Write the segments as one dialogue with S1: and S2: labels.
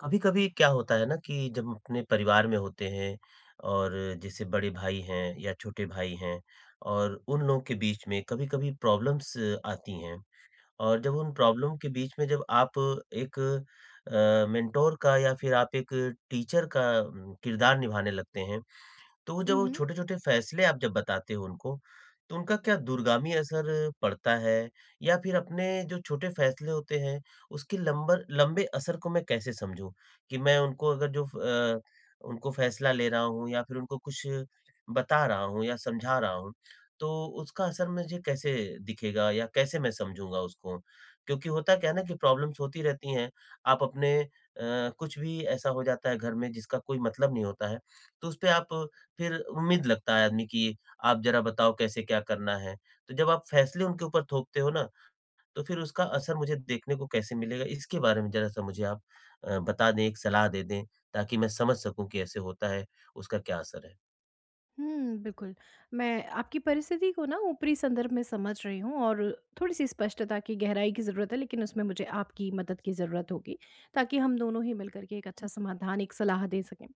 S1: कभी कभी क्या होता है ना कि जब हम अपने परिवार में होते हैं और जैसे बड़े भाई हैं या छोटे भाई हैं, और उन लोगों के बीच में कभी कभी प्रॉब्लम्स आती हैं। और जब उन प्रॉब्लम के बीच में जब आप एक मेंटोर का या फिर आप एक टीचर का किरदार निभाने लगते हैं, तो वो जो
S2: उहुँ,
S1: छोटे-छोटे फ़ैसले आप जब बताते हो उनको, तो उनका क्या दूरगामी असर पड़ता है? या फिर अपने जो छोटे फ़ैसले होते हैं, उसके लंबर लंबे असर को मैं कैसे समझूँ? कि मैं उनको अगर जो उनको फ़ैसला ले रहा हूँ या फिर उनको कुछ बता रहा हूँ या समझा रहा हूँ, तो उसका असर मुझे कैसे दिखेगा या कैसे मैं समझूँगा उसको? क्योंकि होता क्या है ना कि प्रॉब्लम्स होती रहती हैं, आप अपने कुछ भी ऐसा हो जाता है घर में जिसका कोई मतलब नहीं होता है, तो उसपे आप फिर उम्मीद लगता है आदमी कि आप ज़रा बताओ कैसे क्या करना है? तो जब आप फैसले उनके ऊपर थोपते हो ना, तो फिर उसका असर मुझे देखने को कैसे मिलेगा, इसके बारे में ज़रा-सा मुझे आप बता दें, एक सलाह दे दें, ताकि मैं समझ सकूँ कि ऐसे होता है, उसका क्या असर है।
S2: हुँ, बिल्कुल। मैं आपकी परिस्थिति को ना ऊपरी संदर्भ में समझ रही हूँ और थोड़ी-सी स्पष्टता की गहराई की ज़रूरत है, लेकिन उसमें मुझे आपकी मदद की ज़रूरत होगी, ताकि हम दोनों ही मिलकर के एक अच्छा समाधान, एक सलाह दे सकें।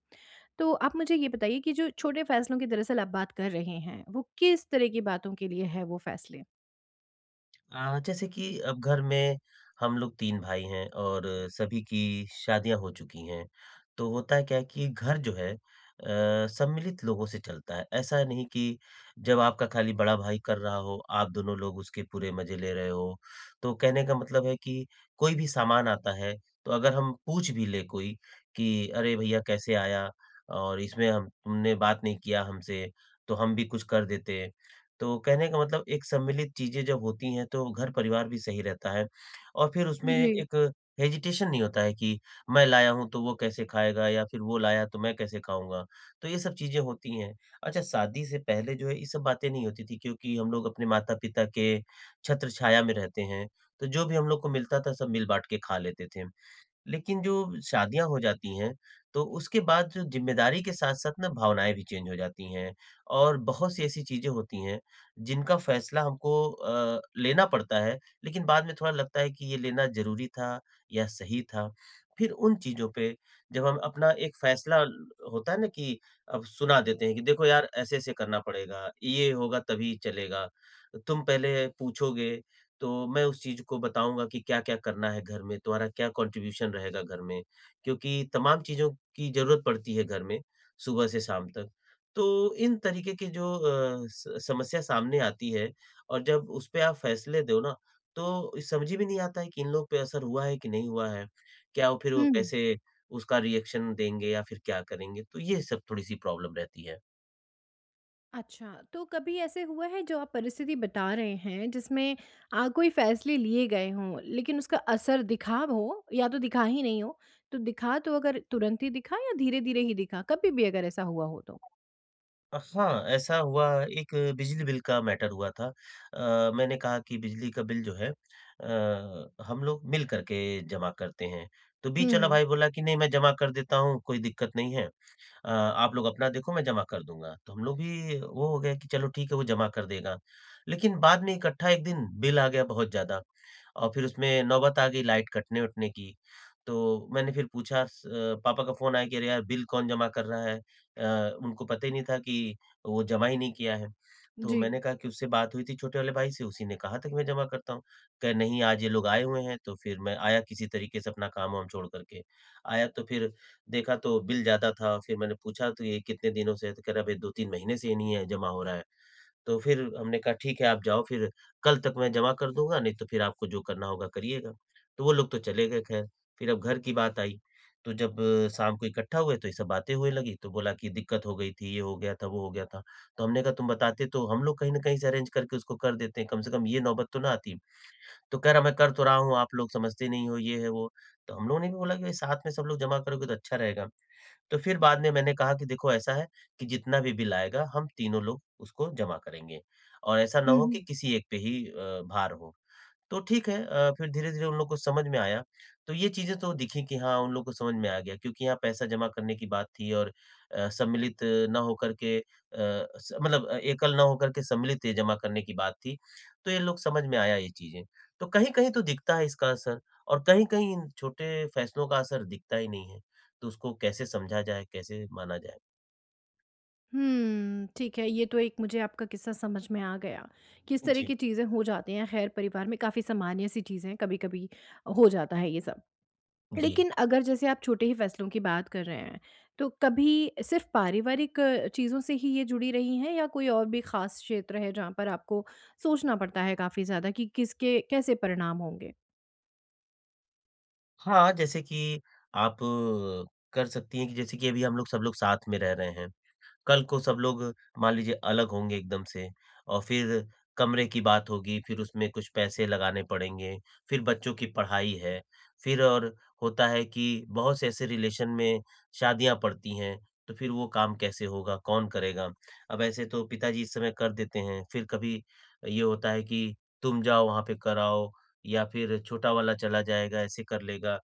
S2: तो आप मुझे ये बताइए कि जो छोटे फ़ैसलों की दरअसल आप बात कर रहे हैं, वो किस तरह की बातों के लिए है वो फ़ैसले?
S1: जैसे कि अब घर में हम लोग 3 भाई हैं और सभी की शादियाँ हो चुकी हैं। तो होता है क्या है कि घर जो है सम्मिलित लोगों से चलता है। ऐसा नहीं कि जब आपका खाली बड़ा भाई कर रहा हो, आप दोनों लोग उसके पूरे मज़े ले रहे हो। तो कहने का मतलब है कि कोई भी सामान आता है, तो अगर हम पूछ भी ले कोई कि अरे भैया कैसे आया? और इसमें हम तुमने बात नहीं किया हमसे, तो हम भी कुछ कर देते। तो कहने का मतलब एक सम्मिलित चीज़ें जब होती हैं तो घर-परिवार भी सही रहता है और फिर उसमें
S2: जी।
S1: एक हेजिटेशन नहीं होता है कि मैं लाया हूँ तो वो कैसे खाएगा या फिर वो लाया तो मैं कैसे खाऊँगा? तो ये सब चीज़ें होती हैं। अच्छा शादी से पहले जो है ये सब बातें नहीं होती थी, क्योंकि हम लोग अपने माता-पिता के छत्र-छाया में रहते हैं, तो जो भी हम लोग को मिलता था सब मिल बाँट के खा लेते थे। लेकिन जो शादियाँ हो जाती हैं, तो उसके बाद जो ज़िम्मेदारी के साथ-साथ ना भावनाएँ भी चेंज हो जाती हैं और बहुत सी ऐसी चीज़ें होती हैं, जिनका फ़ैसला हमको लेना पड़ता है, लेकिन बाद में थोड़ा लगता है कि ये लेना ज़रूरी था या सही था। फिर उन चीज़ों पे जब हम अपना एक फ़ैसला होता है ना कि अब सुना देते हैं कि देखो यार, ऐसे-ऐसे करना पड़ेगा, ये होगा तभी चलेगा। तुम पहले पूछोगे तो मैं उस चीज़ को बताऊँगा कि क्या-क्या करना है घर में, तुम्हारा क्या कॉन्ट्रिब्यूशन रहेगा घर में, क्योंकि तमाम चीज़ों की ज़रूरत पड़ती है घर में, सुबह से शाम तक। तो इन तरीके की जो अ, स समस्या सामने आती है और जब उस पे आप फैसले दो ना, तो समझ ही में नहीं आता है कि इन लोग पे असर हुआ है कि नहीं हुआ है? क्या वो फिर वो
S2: हुँ।
S1: कैसे उसका रिएक्शन देंगे या फिर क्या करेंगे? तो ये सब थोड़ी-सी प्रॉब्लम रहती है।
S2: अच्छा, तो कभी ऐसे हुआ है जो आप परिस्थिति बता रहे हैं जिसमें कोई फ़ैसले लिए गए हों लेकिन उसका असर दिखा हो या तो दिखा ही नहीं हो? तो दिखा तो अगर तुरंत ही दिखा या धीरे-धीरे ही दिखा? कभी भी अगर ऐसा हुआ हो तो?
S1: हाँ, ऐसा हुआ एक बिजली बिल का मैटर हुआ था। मैंने कहा कि बिजली का बिल जो है हम लोग मिल कर के जमा करते हैं। तो
S2: हुँ,
S1: बीच वाला
S2: हुँ।
S1: भाई बोला कि नहीं मैं जमा कर देता हूँ, कोई दिक्कत नहीं है। आप लोग अपना देखो मैं जमा कर दूँगा। तो हम लोग भी वो हो गया कि चलो ठीक है वो जमा कर देगा। लेकिन बाद में इकट्ठा एक दिन बिल आ गया बहुत ज़्यादा और फिर उसमें नौबत आ गई लाइट कटने-वटने की। तो मैंने फिर पूछा पापा का फ़ोन आया कि अरे यार बिल कौन जमा कर रहा है? उनको पता ही नहीं था कि वो जमा ही नहीं किया है। तो
S2: जी।
S1: मैंने कहा कि उससे बात हुई थी छोटे वाले भाई से, उसी ने कहा था कि मैं जमा करता हूँ। कहे नहीं आज ये लोग आए हुए हैं, तो फिर मैं आया किसी तरीके से अपना काम-वाम छोड़ कर के। आया तो फिर देखा तो बिल ज़्यादा था, फिर मैंने पूछा तो ये कितने दिनों से है? तो कह रहा है भई 2-3 महीने से ये नहीं है जमा हो रहा है। तो फिर हमने कहा ठीक है आप जाओ, फिर कल तक मैं जमा कर दूँगा, नहीं तो फिर आपको जो करना होगा करिएगा। तो वो लोग तो चले गए ख़ैर, फिर अब घर की बात आई। तो जब शाम को इकट्ठा हुए तो ये सब बातें होने लगी, तो बोला कि दिक्कत हो गई थी, ये हो गया था, वो हो गया था। तो हमने कहा तुम बताते तो हम लोग कहीं न कहीं से अरेंज करके उसको कर देते हैं, कम से कम ये नौबत तो ना आती। तो कह रहा मैं कर तो रहा हूँ, आप लोग समझते नहीं हो, ये है वो। तो हम लोगों ने भी बोला कि भाई साथ में सब लोग जमा करोगे तो अच्छा रहेगा। तो फिर बाद में मैंने कहा कि देखो ऐसा है कि जितना भी बिल आएगा हम तीनों लोग उसको जमा करेंगे और ऐसा ना
S2: हुँ,
S1: हो
S2: हुँ।
S1: कि किसी एक पे ही भार हो। तो ठीक है, फिर धीरे-धीरे उन लोग को समझ में आया। तो ये चीज़ें तो दिखी कि हाँ, उन लोग को समझ में आ गया, क्योंकि यहाँ पैसा जमा करने की बात थी और सम्मिलित ना होकर के, अ, स मतलब एकल ना होकर के सम्मिलित ये जमा करने की बात थी। तो ये लोग समझ में आया ये चीज़ें। तो कहीं-कहीं तो दिखता है इसका असर और कहीं-कहीं इन छोटे फैसलों का असर दिखता ही नहीं है। तो उसको कैसे समझा जाए, कैसे माना जाए?
S2: हुँ, ठीक है, ये तो एक मुझे आपका किस्सा समझ में आ गया। किस तरह
S1: जी,
S2: की चीज़ें हो जाती हैं, खैर परिवार में काफ़ी सामान्य सी चीज़ें हैं, कभी-कभी हो जाता है ये सब।
S1: जी।
S2: लेकिन अगर जैसे आप छोटे ही फैसलों की बात कर रहे हैं, तो कभी सिर्फ़ पारिवारिक चीज़ों से ही ये जुड़ी रही हैं या कोई और भी ख़ास क्षेत्र है जहाँ पर आपको सोचना पड़ता है काफ़ी ज़्यादा कि किसके कैसे परिणाम होंगे?
S1: हाँ, जैसे कि आप कर सकती हैं कि जैसे कि अभी हम लोग सब लोग साथ में रह रहे हैं। कल को सब लोग मान लीजिए अलग होंगे एकदम से और फिर कमरे की बात होगी, फिर उसमें कुछ पैसे लगाने पड़ेंगे, फिर बच्चों की पढ़ाई है, फिर और होता है कि बहुत से ऐसे रिलेशन में शादियाँ पड़ती हैं, तो फिर वो काम कैसे होगा, कौन करेगा? अब ऐसे तो पिताजी इस समय कर देते हैं, फिर कभी ये होता है कि तुम जाओ वहाँ पे कराओ या फिर छोटा वाला चला जाएगा, ऐसे कर लेगा।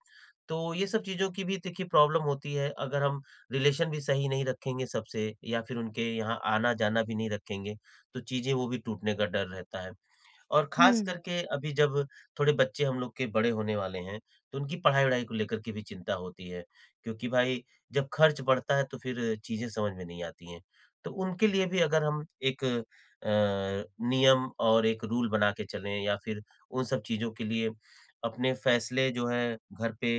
S1: तो ये सब चीज़ों की भी देखिए प्रॉब्लम होती है, अगर हम रिलेशन भी सही नहीं रखेंगे सबसे या फिर उनके यहाँ आना-जाना भी नहीं रखेंगे, तो चीज़ें वो भी टूटने का डर रहता है। और खास
S2: हुँ,
S1: करके अभी जब थोड़े बच्चे हम लोग के बड़े होने वाले हैं, तो उनकी पढ़ाई-वढ़ाई को लेकर के भी चिंता होती है, क्योंकि भाई जब खर्च बढ़ता है तो फिर चीज़ें समझ में नहीं आती हैं। तो उनके लिए भी अगर हम एक नियम और एक रूल बना के चलें या फिर उन सब चीज़ों के लिए अपने फैसले जो है घर पे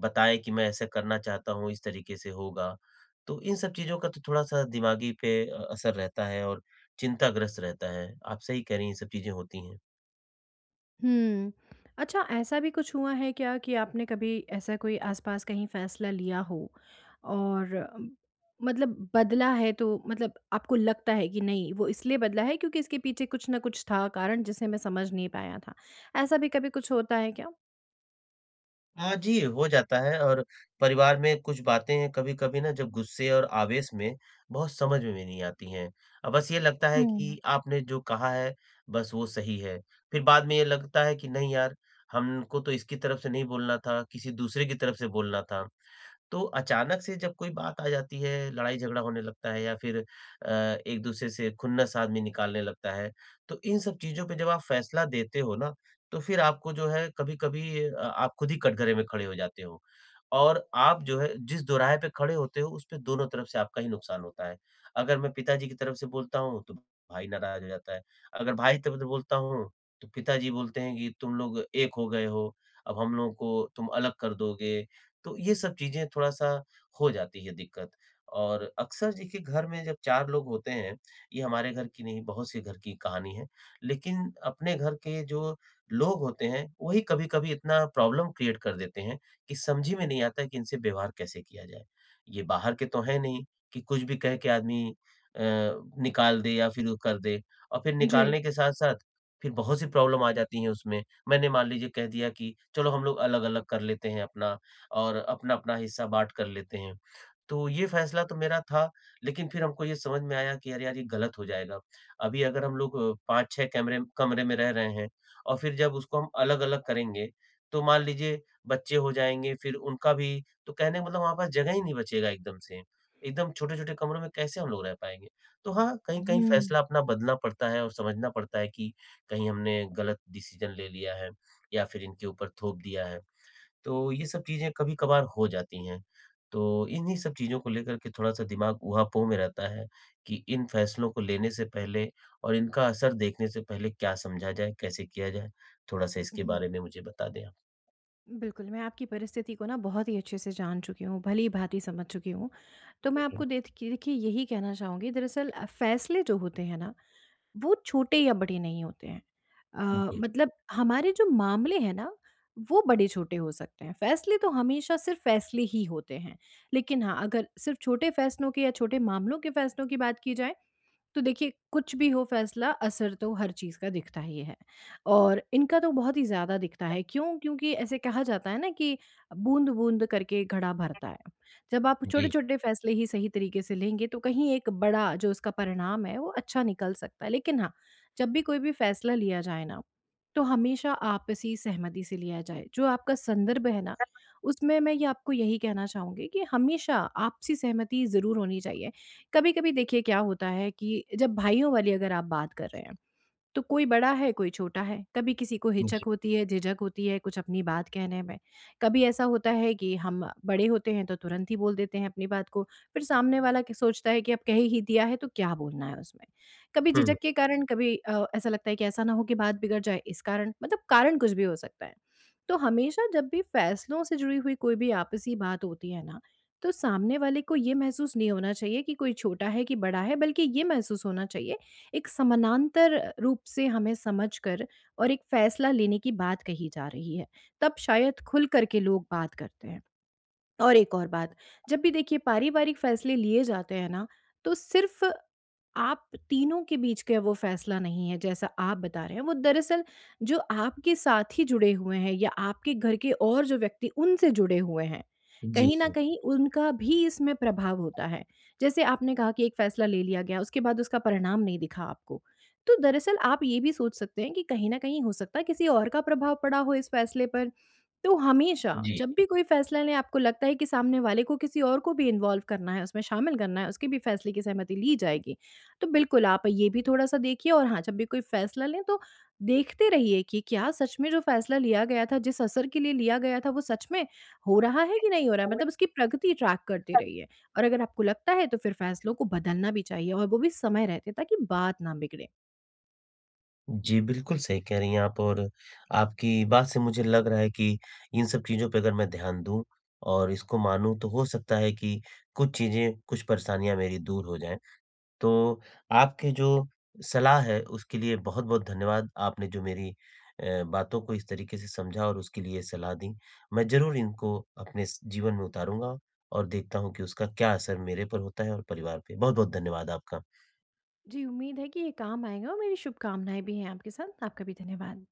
S1: बताएँ कि मैं ऐसा करना चाहता हूँ, इस तरीके से होगा। तो इन सब चीज़ों का तो थोड़ा-सा दिमागी पे असर रहता है और चिंताग्रस्त रहता है। आप सही कह रही हैं, ये सब चीज़ें होती हैं।
S2: हुँ। अच्छा ऐसा भी कुछ हुआ है क्या कि आपने कभी ऐसा कोई आस-पास कहीं फ़ैसला लिया हो और मतलब बदला है तो मतलब आपको लगता है कि नहीं वो इसलिए बदला है क्योंकि इसके पीछे कुछ न कुछ था कारण जिसे मैं समझ नहीं पाया था। ऐसा भी कभी कुछ होता है क्या?
S1: हाँ जी, हो जाता है और परिवार में कुछ बातें कभी-कभी ना जब गुस्से और आवेश में बहुत समझ में भी नहीं आती हैं। बस ये लगता है
S2: हुँ।
S1: कि आपने जो कहा है बस वो सही है। फिर बाद में ये लगता है कि नहीं यार, हमको तो इसकी तरफ से नहीं बोलना था, किसी दूसरे की तरफ से बोलना था। तो अचानक से जब कोई बात आ जाती है, लड़ाई झगड़ा होने लगता है या फिर एक-दूसरे से खुन्नस आदमी निकालने लगता है, तो इन सब चीज़ों पे जब आप फैसला देते हो ना, तो फिर आपको जो है कभी-कभी आप खुद ही कटघरे में खड़े हो जाते हो। और आप जो है जिस दोराहे पे खड़े होते हो, उसपे दोनों तरफ से आपका ही नुकसान होता है। अगर मैं पिताजी की तरफ से बोलता हूँ, तो भाई नाराज़ हो जाता है। अगर भाई की तरफ से बोलता हूँ, तो पिताजी बोलते हैं कि तुम लोग एक हो गए हो, अब हम लोगों को तुम अलग कर दोगे। तो ये सब चीज़ें थोड़ा-सा हो जाती है दिक्कत, और अक्सर देखिए घर में जब 4 लोग होते हैं, ये हमारे घर की नहीं बहुत से घर की कहानी है, लेकिन अपने घर के जो लोग होते हैं, वही कभी-कभी इतना प्रॉब्लम क्रिएट कर देते हैं कि समझ ही में नहीं आता है कि इनसे व्यवहार कैसे किया जाए। ये बाहर के तो हैं नहीं कि कुछ भी कह के आदमी अ, निकाल दे या फिर वो कर दे, और फिर
S2: जी।
S1: निकालने के साथ-साथ फिर बहुत सी प्रॉब्लम आ जाती है उसमें। मैंने मान लीजिए कह दिया कि चलो हम लोग अलग-अलग कर लेते हैं अपना और अपना-अपना हिस्सा बाँट कर लेते हैं। तो ये फ़ैसला तो मेरा था, लेकिन फिर हमको ये समझ में आया कि अरे यार, ये गलत हो जाएगा। अभी अगर हम लोग 5-6 कैमरे कमरे कमरे में रह रहे हैं और फिर जब उसको हम अलग-अलग करेंगे, तो मान लीजिए बच्चे हो जाएँगे, फिर उनका भी तो कहने का मतलब हमारे पास जगह ही नहीं बचेगा एकदम से। एकदम छोटे-छोटे कमरों में कैसे हम लोग रह पाएँगे? तो हाँ, कहीं-कहीं
S2: हुँ,
S1: फ़ैसला अपना बदलना पड़ता है और समझना पड़ता है कि कहीं हमने गलत डिसीज़न ले लिया है या फिर इनके ऊपर थोप दिया है। तो ये सब चीज़ें कभी-कभार हो जाती हैं। तो इन्हीं सब चीज़ों को लेकर के थोड़ा-सा दिमाग ऊहा-पोह में रहता है कि इन फैसलों को लेने से पहले और इनका असर देखने से पहले क्या समझा जाए, कैसे किया जाए? थोड़ा-सा इसके
S2: हुँ।
S1: बारे में मुझे बता दें आप।
S2: बिल्कुल, मैं आपकी परिस्थिति को ना बहुत ही अच्छे से जान चुकी हूँ, भली-भाँति समझ चुकी हूँ। तो मैं
S1: जी,
S2: आपको देख के देखिए यही कहना चाहूँगी दरअसल फैसले जो होते हैं ना, वो छोटे या बड़े नहीं होते हैं।
S1: जी,
S2: मतलब हमारे जो मामले हैं ना, वो बड़े-छोटे हो सकते हैं। फैसले तो हमेशा सिर्फ़ फैसले ही होते हैं। लेकिन हाँ, अगर सिर्फ़ छोटे फैसलों के या छोटे मामलों के फैसलों की बात की जाए तो देखिए, कुछ भी हो फैसला असर तो हर चीज़ का दिखता ही है और इनका तो बहुत ही ज़्यादा दिखता है। क्यों? क्योंकि ऐसे कहा जाता है ना कि बूँद-बूँद करके घड़ा भरता है। जब आप
S1: जी,
S2: छोटे-छोटे फैसले ही सही तरीके से लेंगे तो कहीं एक बड़ा जो उसका परिणाम है वो अच्छा निकल सकता है। लेकिन हाँ, जब भी कोई भी फैसला लिया जाए ना, तो हमेशा आपसी सहमति से लिया जाए। जो आपका संदर्भ है ना, उसमें मैं ये आपको यही कहना चाहूँगी कि हमेशा आपसी सहमति ज़रूर होनी चाहिए। कभी-कभी देखिए क्या होता है कि जब भाइयों वाली अगर आप बात कर रहे हैं तो कोई बड़ा है, कोई छोटा है। कभी किसी को हिचक
S1: जी।
S2: होती है, झिझक होती है कुछ अपनी बात कहने में। कभी ऐसा होता है कि हम बड़े होते हैं तो तुरंत ही बोल देते हैं अपनी बात को, फिर सामने वाला क सोचता है कि अब कह ही दिया है तो क्या बोलना है उसमें। कभी
S1: हुँ,
S2: झिझक के कारण, कभी ऐसा लगता है कि ऐसा ना हो कि बात बिगड़ जाए इस कारण, मतलब कारण कुछ भी हो सकता है। तो हमेशा जब भी फैसलों से जुड़ी हुई कोई भी आपसी बात होती है ना, तो सामने वाले को ये महसूस नहीं होना चाहिए कि कोई छोटा है कि बड़ा है, बल्कि ये महसूस होना चाहिए एक समानांतर रूप से हमें समझकर और एक फैसला लेने की बात कही जा रही है, तब शायद खुल कर के लोग बात करते हैं। और एक और बात, जब भी देखिए पारिवारिक फ़ैसले लिए जाते हैं ना, तो सिर्फ़ आप तीनों के बीच का वो फ़ैसला नहीं है जैसा आप बता रहे हैं, वो दरअसल जो आपके साथ ही जुड़े हुए हैं या आपके घर के और जो व्यक्ति उनसे जुड़े हुए हैं,
S1: जी,
S2: कहीं न
S1: जी,
S2: कहीं उनका भी इसमें प्रभाव होता है। जैसे आपने कहा कि एक फ़ैसला ले लिया गया, उसके बाद उसका परिणाम नहीं दिखा आपको। तो दरअसल आप ये भी सोच सकते हैं कि कहीं न कहीं हो सकता है किसी और का प्रभाव पड़ा हो इस फ़ैसले पर। तो हमेशा
S1: जी,
S2: जब भी कोई फैसला लें आपको लगता है कि सामने वाले को किसी और को भी इन्वॉल्व करना है, उसमें शामिल करना है, उसके भी फैसले की सहमति ली जाएगी। तो बिल्कुल आप ये भी थोड़ा-सा देखिए और हाँ, जब भी कोई फैसला लें तो देखते रहिए कि क्या सच में जो फैसला लिया गया था, जिस असर के लिए लिया गया था वो सच में हो रहा है कि नहीं हो रहा है? मतलब उसकी प्रगति ट्रैक करते रहिए और अगर आपको लगता है तो फिर फैसलों को बदलना भी चाहिए और वो भी समय रहते ताकि बात ना बिगड़े।
S1: जी, बिल्कुल सही कह रही हैं आप और आपकी बात से मुझे लग रहा है कि इन सब चीज़ों पे अगर मैं ध्यान दूँ और इसको मानूँ तो हो सकता है कि कुछ चीज़ें, कुछ परेशानियाँ मेरी दूर हो जाएँ। तो आपके जो सलाह है उसके लिए बहुत-बहुत धन्यवाद। आपने जो मेरी बातों को इस तरीके से समझा और उसके लिए सलाह दी। मैं ज़रूर इनको अपने स जीवन में उतारूँगा और देखता हूँ कि उसका क्या असर मेरे पर होता है और परिवार पे। बहुत-बहुत धन्यवाद आपका।
S2: जी, उम्मीद है कि ये काम आएगा और मेरी शुभकामनाएँ भी हैं आपके साथ। आपका भी धन्यवाद।